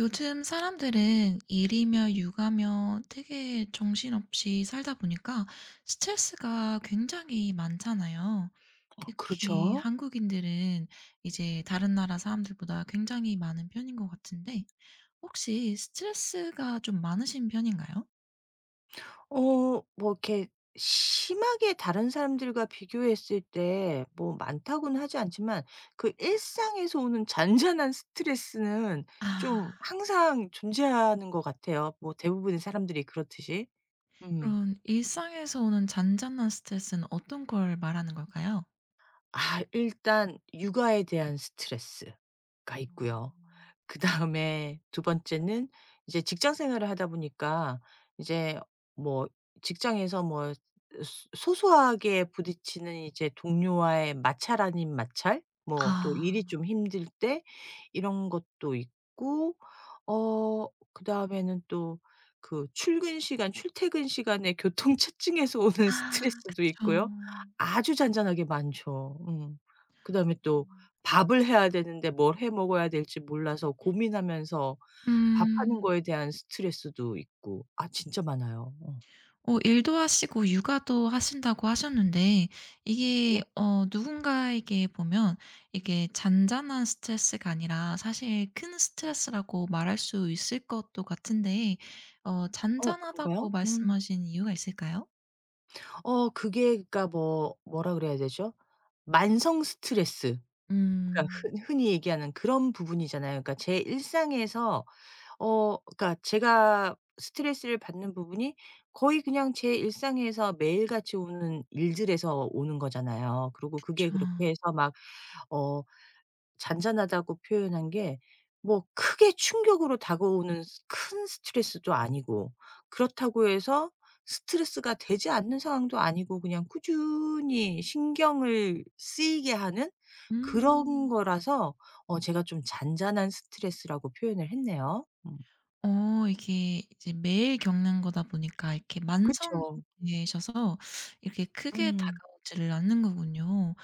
요즘 사람들은 일이며 육아며 되게 정신없이 살다 보니까 스트레스가 굉장히 많잖아요. 특히 그렇죠. 한국인들은 이제 다른 나라 사람들보다 굉장히 많은 편인 것 같은데, 혹시 스트레스가 좀 많으신 편인가요? 뭐 이렇게 심하게 다른 사람들과 비교했을 때 뭐 많다고는 하지 않지만 그 일상에서 오는 잔잔한 스트레스는 좀 아. 항상 존재하는 것 같아요. 뭐 대부분의 사람들이 그렇듯이. 음. 그럼 일상에서 오는 잔잔한 스트레스는 어떤 걸 말하는 걸까요? 아 일단 육아에 대한 스트레스가 있고요. 그다음에 두 번째는 이제 직장 생활을 하다 보니까 이제 뭐 직장에서 뭐 소 소소하게 부딪히는 이제 동료와의 마찰 아닌 마찰 뭐 또 일이 아. 좀 힘들 때 이런 것도 있고 어 그다음에는 또 그 출근 시간 출퇴근 시간에 교통 체증에서 오는 아 스트레스도 그쵸. 있고요. 아주 잔잔하게 많죠. 음. 그다음에 또 밥을 해야 되는데 뭘 해 먹어야 될지 몰라서 고민하면서 밥하는 음. 거에 대한 스트레스도 있고 아 진짜 많아요. 어. 어 일도 하시고 육아도 하신다고 하셨는데 이게 네. 어 누군가에게 보면 이게 잔잔한 스트레스가 아니라 사실 큰 스트레스라고 말할 수 있을 것도 같은데, 어 어 그런가요? 잔잔하다고 음. 말씀하신 이유가 있을까요? 어 그게 그러니까 뭐 뭐라 그래야 되죠? 만성 스트레스. 그러니까 음. 흔 흔히 얘기하는 그런 부분이잖아요. 그러니까 제 일상에서 어 그러니까 제가 스트레스를 받는 부분이 거의 그냥 제 일상에서 매일같이 오는 일들에서 오는 거잖아요. 그리고 그쵸. 그게 그렇게 해서 막어 잔잔하다고 표현한 게 뭐 크게 충격으로 다가오는 스 큰 스트레스도 아니고 그렇다고 해서 스트레스가 되지 않는 상황도 아니고 그냥 꾸준히 신경을 쓰이게 하는 그런 음. 거라서 제가 좀 잔잔한 스트레스라고 표현을 했네요. 음. 어 이게 이제 매일 겪는 거다 보니까 이렇게 만성이 그쵸. 되셔서 이렇게 크게 음. 다가오지를 않는 거군요.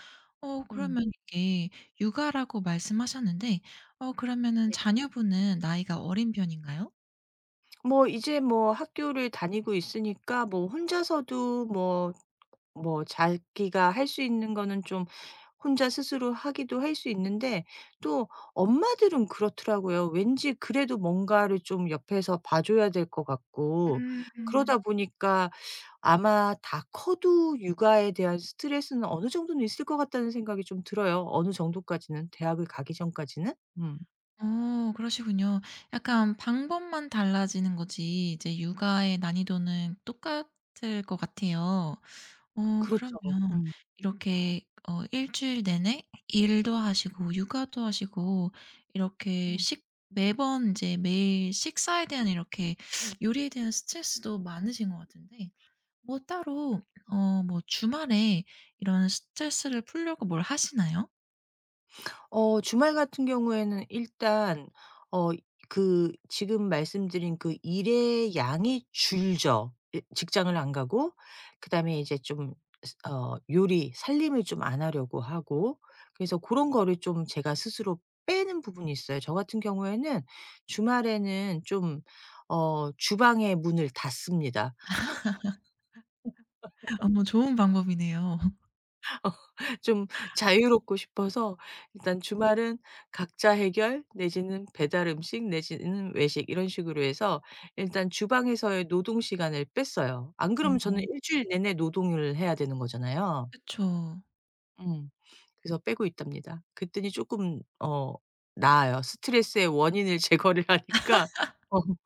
어 음. 그러면 이게 육아라고 말씀하셨는데 어 그러면은 네. 자녀분은 나이가 어린 편인가요? 뭐 이제 뭐 학교를 다니고 있으니까 뭐 혼자서도 뭐 뭐 자기가 할 수 있는 거는 좀 혼자 스스로 하기도 할 수 있는데 또 엄마들은 그렇더라고요. 왠지 그래도 뭔가를 좀 옆에서 봐 줘야 될 것 같고 그러다 음. 보니까 아마 다 커도 육아에 대한 스트레스는 어느 정도는 있을 것 같다는 생각이 좀 들어요. 어느 정도까지는 대학을 가기 전까지는. 음. 어 그러시군요. 약간 방법만 달라지는 거지 이제 육아의 난이도는 똑같을 것 같아요. 어 그러면 그렇죠. 음. 이렇게 어 일주일 내내 일도 하시고 육아도 하시고 이렇게 음. 식 매번 이제 매일 식사에 대한 이렇게 요리에 대한 스트레스도 많으신 것 같은데, 뭐 따로 어 뭐 주말에 이런 스트레스를 풀려고 뭘 하시나요? 어 주말 같은 경우에는 일단 어 그 지금 말씀드린 그 일의 양이 줄죠. 이 직장을 안 가고 그다음에 이제 좀 스 어 요리 살림을 좀 안 하려고 하고 그래서 그런 거를 좀 제가 스스로 빼는 부분이 있어요. 저 같은 경우에는 주말에는 좀 어 주방의 문을 닫습니다. 아 뭐 좋은 방법이네요. 좀 자유롭고 싶어서 일단 주말은 각자 해결 내지는 배달 음식 내지는 외식 이런 식으로 해서 일단 주방에서의 노동 시간을 뺐어요. 안 그러면 어 저는 일 주일 내내 노동을 해야 되는 거잖아요. 그쵸. 음. 그래서 빼고 있답니다. 그랬더니 쪼끔 어 나아요. 스트레스의 원인을 제거를 하니까. 어.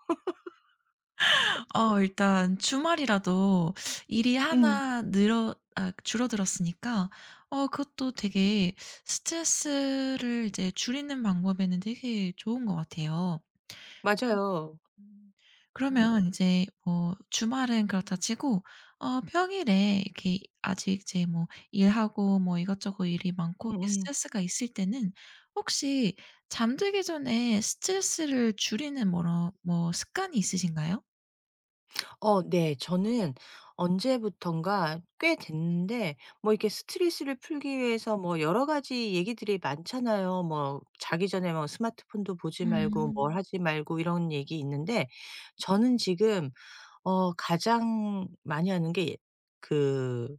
어 일단 주말이라도 일이 음. 하나 늘어 아 줄어들었으니까 어 그것도 되게 스트레스를 이제 줄이는 방법에는 되게 좋은 것 같아요. 맞아요. 음. 음. 그러면 인제 뭐 주말은 그렇다 치고 어 평일에 이렇게 아직 이제 뭐 일하고 뭐 이것저것 일이 많고 이렇게 음음. 스트레스가 있을 때는 혹시 잠들기 전에 스트레스를 줄이는 뭐런 뭐 습관이 있으신가요? 어 네. 저는 언제부턴가 꽤 됐는데 뭐 이렇게 스트레스를 풀기 위해서 뭐 여러 가지 얘기들이 많잖아요. 뭐 자기 전에 뭐 스마트폰도 보지 음. 말고 뭘 음. 하지 말고 이런 얘기 있는데 저는 지금 어 가장 많이 하는 게 예, 그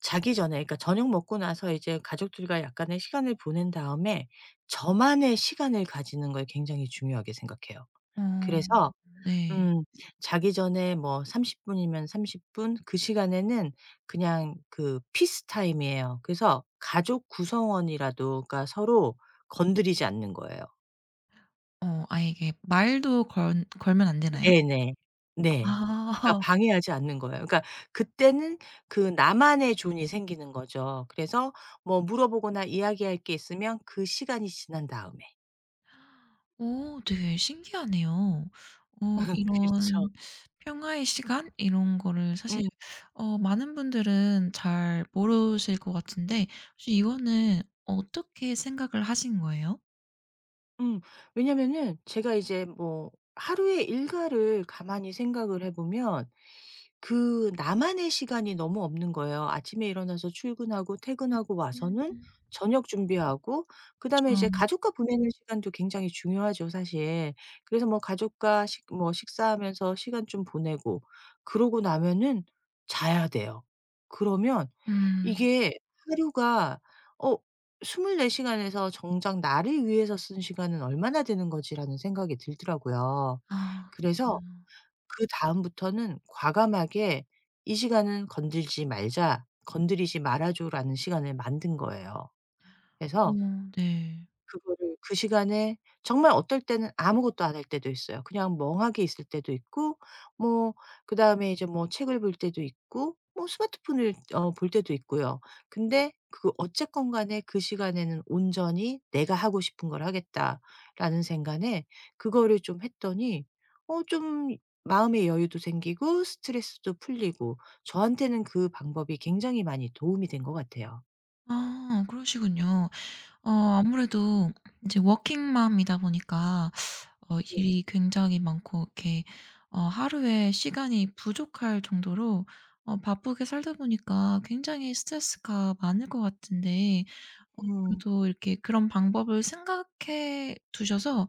자기 전에 그러니까 저녁 먹고 나서 이제 가족들과 약간의 시간을 보낸 다음에 저만의 시간을 가지는 걸 굉장히 중요하게 생각해요. 어. 그래서 네. 음. 자기 전에 뭐 30 분이면 30분, 그 시간에는 그냥 그 피스 타임이에요. 그래서 가족 구성원이라도 그러니까 서로 건드리지 않는 거예요. 어 아예 이게 말도 건 걸면 안 되나요? 네네. 네. 그러니까 아. 방해하지 않는 거예요. 그러니까 그때는 그 나만의 존이 생기는 거죠. 그래서 뭐 물어보거나 이야기할 게 있으면 그 시간이 지난 다음에. 어 되게 신기하네요. 어 그렇죠. 이런 평화의 시간 이런 거를 사실 음. 어 많은 분들은 잘 모르실 것 같은데, 혹시 이거는 어떻게 생각을 하신 거예요? 음. 왜냐면은 제가 이제 뭐 하루의 일과를 가만히 생각을 해 보면 그 나만의 시간이 너무 없는 거예요. 아침에 일어나서 출근하고 퇴근하고 음. 와서는 저녁 준비하고 그다음에 이제 좀 가족과 보내는 시간도 굉장히 중요하죠, 사실. 그래서 뭐 가족과 식 뭐 식사하면서 시간 좀 보내고 그러고 나면은 자야 돼요. 그러면 음. 이게 하루가 어 24 시간에서 정작 나를 위해서 쓴 시간은 얼마나 되는 거지라는 생각이 들더라고요. 아 그쵸. 그래서 그다음부터는 과감하게 "이 시간은 건들지 말자. 건드리지 말아 줘."라는 시간을 만든 거예요. 어 그래서 네. 그거를 그 시간에 정말 어떨 때는 아무것도 안 할 때도 있어요. 그냥 멍하게 있을 때도 있고 뭐 그다음에 이제 뭐 책을 볼 때도 있고 뭐 스마트폰을 어 볼 때도 있고요. 근데 그 어쨌건 간에 그 시간에는 온전히 '내가 하고 싶은 걸 하겠다.'라는 생각에 그거를 좀 했더니 어 좀 마음의 여유도 생기고 스트레스도 풀리고 저한테는 그 방법이 굉장히 많이 도움이 된 것 같아요. 아 그러시군요. 어 아무래도 이제 워킹맘이다 보니까 어 네. 일이 굉장히 많고 이렇게 어 하루에 시간이 부족할 정도로 어 바쁘게 살다 보니까 굉장히 스트레스가 많을 것 같은데, 어 음. 그래도 이렇게 그런 방법을 생각해 두셔서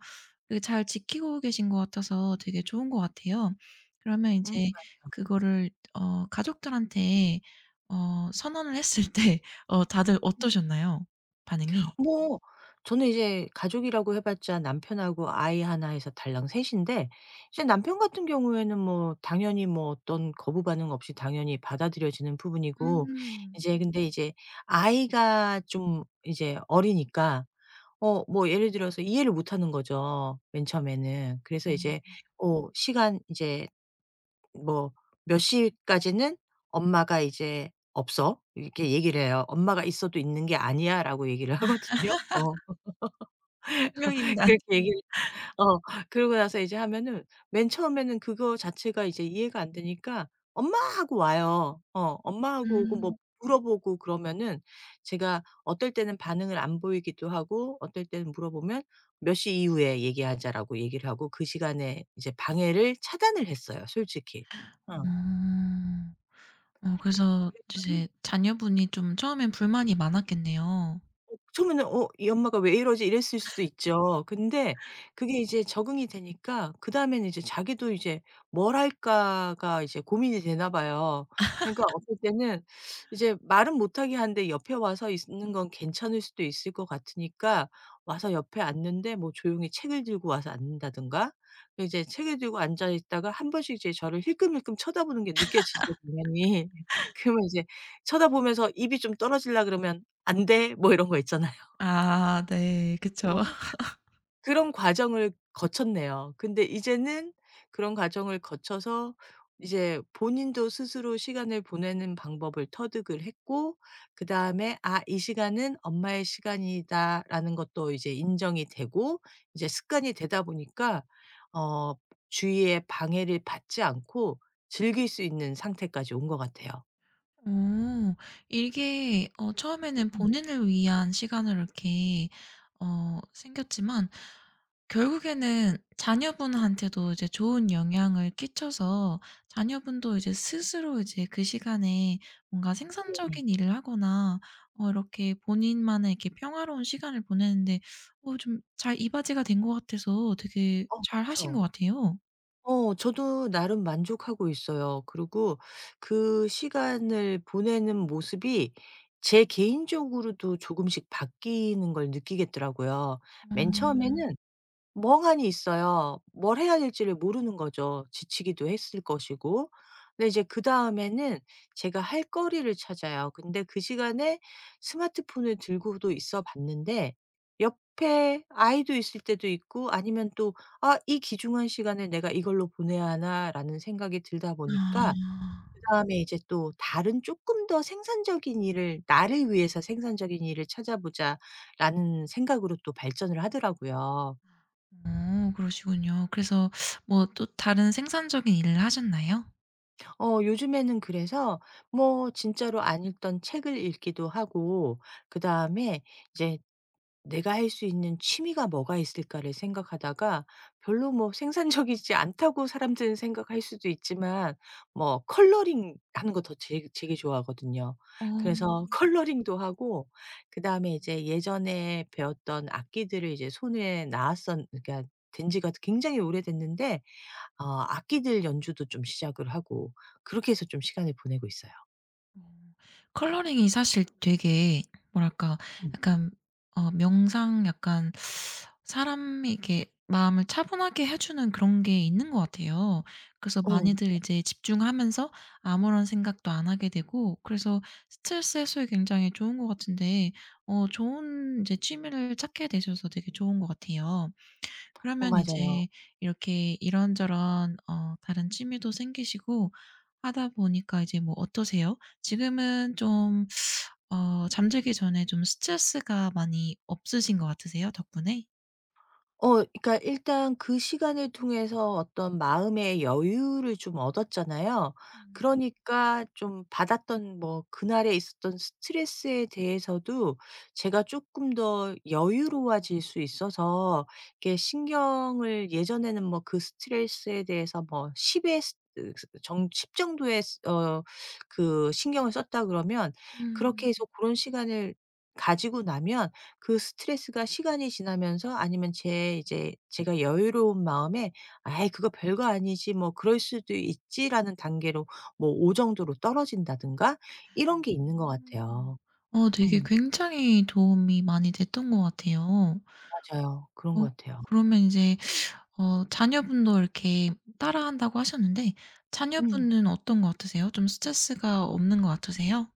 되게 잘 지키고 계신 것 같아서 되게 좋은 것 같아요. 그러면 이 음. 제 그거를 어 가족들한테 어 선언을 했을 때 어 다들 어떠셨나요? 반응이? 뭐 저는 이제 가족이라고 해 봤자 남편하고 아이 하나 해서 달랑 셋 인데 이제 남편 같은 경우에는 뭐 당연히 뭐 어떤 거부 반응 없이 당연히 받아들여지는 부분이고 음. 이제 근데 이제 아이가 좀 이제 어리니까 어 뭐 예를 들어서 이해를 못 하는 거죠, 맨 처음에는. 그래서 어 이제 어 시간 이제 뭐 "몇 시까지는 엄마가 이제 없어." 이렇게 얘기를 해요. "엄마가 있어도 있는 게 아니야."라고 얘기를 하거든요. 어. 투명인간. 그렇게 얘기를 어 그러고 나서 이제 하면은 맨 처음에는 그거 자체가 이제 이해가 안 되니까 "엄마." 하고 와요. 어 엄마 하고 오고 뭐 음. 물어보고 그러면은 제가 어떨 때는 반응을 안 보이기도 하고 어떨 때는 물어보면 "몇 시 이후에 얘기하자."라고 얘기를 하고 그 시간에 이제 방해를 차단을 했어요, 솔직히. 어. 어. 어 그래서 그랬더니 이제 자녀분이 좀 처음엔 불만이 많았겠네요. 어 처음에는 '어 이 엄마가 왜 이러지?' 이랬을 수도 있죠. 근데 그게 이제 적응이 되니까 그다음에는 이제 자기도 이제 '뭘 할까.'가 이제 고민이 되나 봐요. 그러니까 어떨 때는 이제 말은 못하게 하는데 옆에 와서 있는 건 괜찮을 수도 있을 것 같으니까 와서 옆에 앉는데 뭐 조용히 책을 들고 와서 앉는다든가 또 이제 책을 들고 앉아 있다가 한 번씩 이제 저를 힐끔힐끔 쳐다보는 게 느껴지죠, 당연히. 그러면 이제 쳐다보면서 입이 좀 떨어지려 그러면 "안 돼." 뭐 이런 거 있잖아요. 아 네. 그쵸. 어 그런 과정을 거쳤네요. 근데 이제는 그런 과정을 거쳐서 이제 본인도 스스로 시간을 보내는 방법을 터득을 했고 그다음에 '아 이 시간은 엄마의 시간이다.'라는 것도 이제 인정이 되고 이제 습관이 되다 보니까 어 주위의 방해를 받지 않고 즐길 수 있는 상태까지 온 것 같아요. 어. 이게 어 처음에는 음. 본인을 위한 시간으로 이렇게 어 생겼지만 결국에는 자녀분한테도 이제 좋은 영향을 끼쳐서 자녀분도 이제 스스로 이제 그 시간에 뭔가 네네. 생산적인 일을 하거나 어 이렇게 본인만의 이렇게 평화로운 시간을 보내는데 어 좀 잘 이바지가 된 것 같아서 되게 어 잘하신 그쵸. 것 같아요. 어 저도 나름 만족하고 있어요. 그리고 그 시간을 보내는 모습이 제 개인적으로도 조금씩 바뀌는 걸 느끼겠더라고요. 맨 음. 처음에는 멍하니 있어요. 뭘 해야 될지를 모르는 거죠. 지치기도 했을 것이고. 근데 이제 그다음에는 제가 할 거리를 찾아요. 근데 그 시간에 스마트폰을 들고도 있어 봤는데 옆에 아이도 있을 때도 있고 아니면 또 '아 이 귀중한 시간을 내가 이걸로 보내야 하나.'라는 생각이 들다 보니까 아. 그다음에 이제 또 '다른 조금 더 생산적인 일을 나를 위해서 생산적인 일을 찾아보자.'라는 생각으로 또 발전을 하더라고요. 어 그러시군요. 그래서 뭐 또 다른 생산적인 일을 하셨나요? 어 요즘에는 그래서 뭐 진짜로 안 읽던 책을 읽기도 하고 그다음에 이제 '내가 할 수 있는 취미가 뭐가 있을까?'를 생각하다가 별로 뭐 생산적이지 않다고 사람들은 생각할 수도 있지만 뭐 컬러링 하는 거 더 되게 되게 좋아하거든요. 어. 어. 그래서 컬러링도 하고 그다음에 이제 예전에 배웠던 악기들을 이제 손에 왔었 그러니까 된 지가 굉장히 오래됐는데 어 악기들 연주도 좀 시작을 하고 그렇게 해서 좀 시간을 보내고 있어요. 컬러링이 사실 되게 뭐랄까 음. 약간 어 명상 약간 사람에게 마음을 차분하게 해 주는 그런 게 있는 것 같아요. 그래서 어. 많이들 이제 집중하면서 아무런 생각도 안 하게 되고 그래서 스트레스 해소에 굉장히 좋은 것 같은데, 어 좋은 이제 취미를 찾게 되셔서 되게 좋은 것 같아요. 어 그러면 맞아요. 이제 이렇게 이런저런 어 다른 취미도 생기시고 하다 보니까 이제 뭐 어떠세요? 지금은 좀 어 잠들기 전에 좀 스트레스가 많이 없으신 것 같으세요, 덕분에? 어 그러니까 일단 그 시간을 통해서 어떤 마음의 여유를 좀 얻었잖아요. 음. 그러니까 좀 받았던 뭐 그날에 있었던 스트레스에 대해서도 제가 조금 더 여유로워질 수 있어서 이게 신경을 예전에는 뭐 그 스트레스에 대해서 뭐 10의정 십 정도의 어 그 신경을 썼다 그러면 그렇게 음. 해서 그런 시간을 가지고 나면 그 스트레스가 시간이 지나면서 아니면 제 이제 제가 여유로운 마음에 '아이 그거 별거 아니지. 뭐 그럴 수도 있지.'라는 단계로 뭐 오 정도로 떨어진다든가 이런 게 있는 것 음. 같아요. 어 되게 음. 굉장히 도움이 많이 됐던 것 같아요. 맞아요. 그런 어 것 같아요. 그러면 이제 어 자녀분도 이렇게 따라한다고 하셨는데 음. 자녀분은 어떤 것 같으세요? 좀 스트레스가 없는 것 같으세요?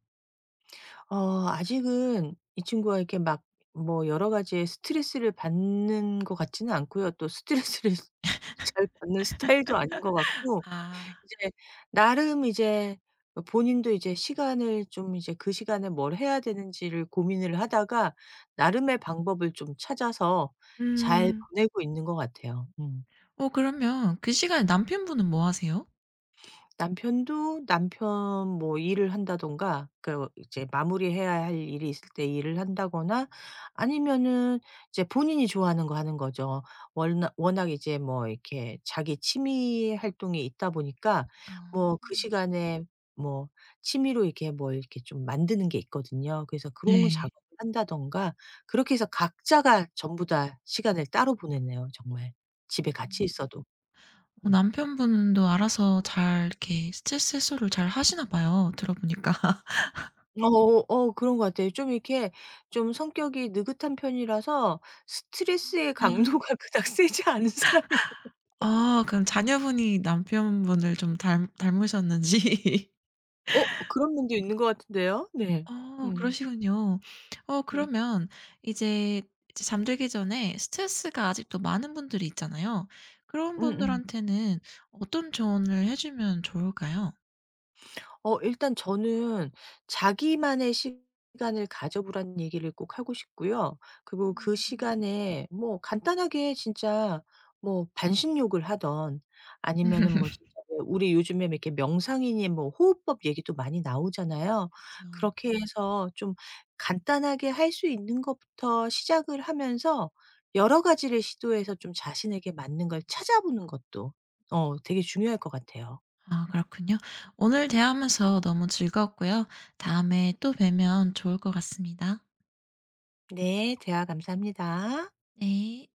어 아직은 이 친구가 이렇게 막 뭐 여러 가지의 스트레스를 받는 것 같지는 않고요. 또 스트레스를 잘 받는 스타일도 아닌 것 같고 아. 이제 나름 이제 어 본인도 이제 시간을 좀 이제 그 시간에 뭘 해야 되는지를 고민을 하다가 나름의 방법을 좀 찾아서 잘 음. 보내고 있는 것 같아요. 음. 어 그러면 그 시간에 남편분은 뭐 하세요? 남편도 남편 뭐 일을 한다든가 그 이제 마무리해야 할 일이 있을 때 일을 한다거나 아니면은 이제 본인이 좋아하는 거 하는 거죠. 워낙 이제 뭐 이렇게 자기 취미 활동이 있다 보니까 뭐 아. 그 시간에 뭐 취미로 이렇게 뭘 이렇게 좀 만드는 게 있거든요. 그래서 그런 거 네. 작업을 한다든가 그렇게 해서 각자가 전부 다 시간을 따로 보내네요, 정말. 집에 같이 있어도. 어 음. 남편분도 알아서 잘 이렇게 스트레스 해소를 잘 하시나 봐요 들어보니까. 아. 그런 것 같아요. 좀 이렇게 좀 성격이 느긋한 편이라서 스트레스의 강도가 그닥 세지 않은 사람이고 아 그럼 자녀분이 남편분을 좀 닮 닮으셨는지. 어 그런 면도 있는 것 같은데요. 네. 어 음. 그러시군요. 어 음. 그러면 이제 이제 잠들기 전에 스트레스가 아직도 많은 분들이 있잖아요. 그런 음음. 분들한테는 어떤 조언을 해 주면 좋을까요? 어 일단 저는 자기만의 시간을 가져 보라는 얘기를 꼭 하고 싶고요. 그리고 그 음. 시간에 뭐 간단하게 진짜 뭐 반신욕을 하던 아니면은 뭐 진짜 왜 우리 요즘에 뭐 이렇게 명상이니 뭐 호흡법 얘기도 많이 나오잖아요. 그쵸. 그렇게 해서 좀 간단하게 할 수 있는 것부터 시작을 하면서 여러 가지를 시도해서 좀 자신에게 맞는 걸 찾아보는 것도 어 되게 중요할 것 같아요. 아 그렇군요. 오늘 대화하면서 너무 즐거웠고요. 다음에 또 뵈면 좋을 것 같습니다. 네. 대화 감사합니다. 네.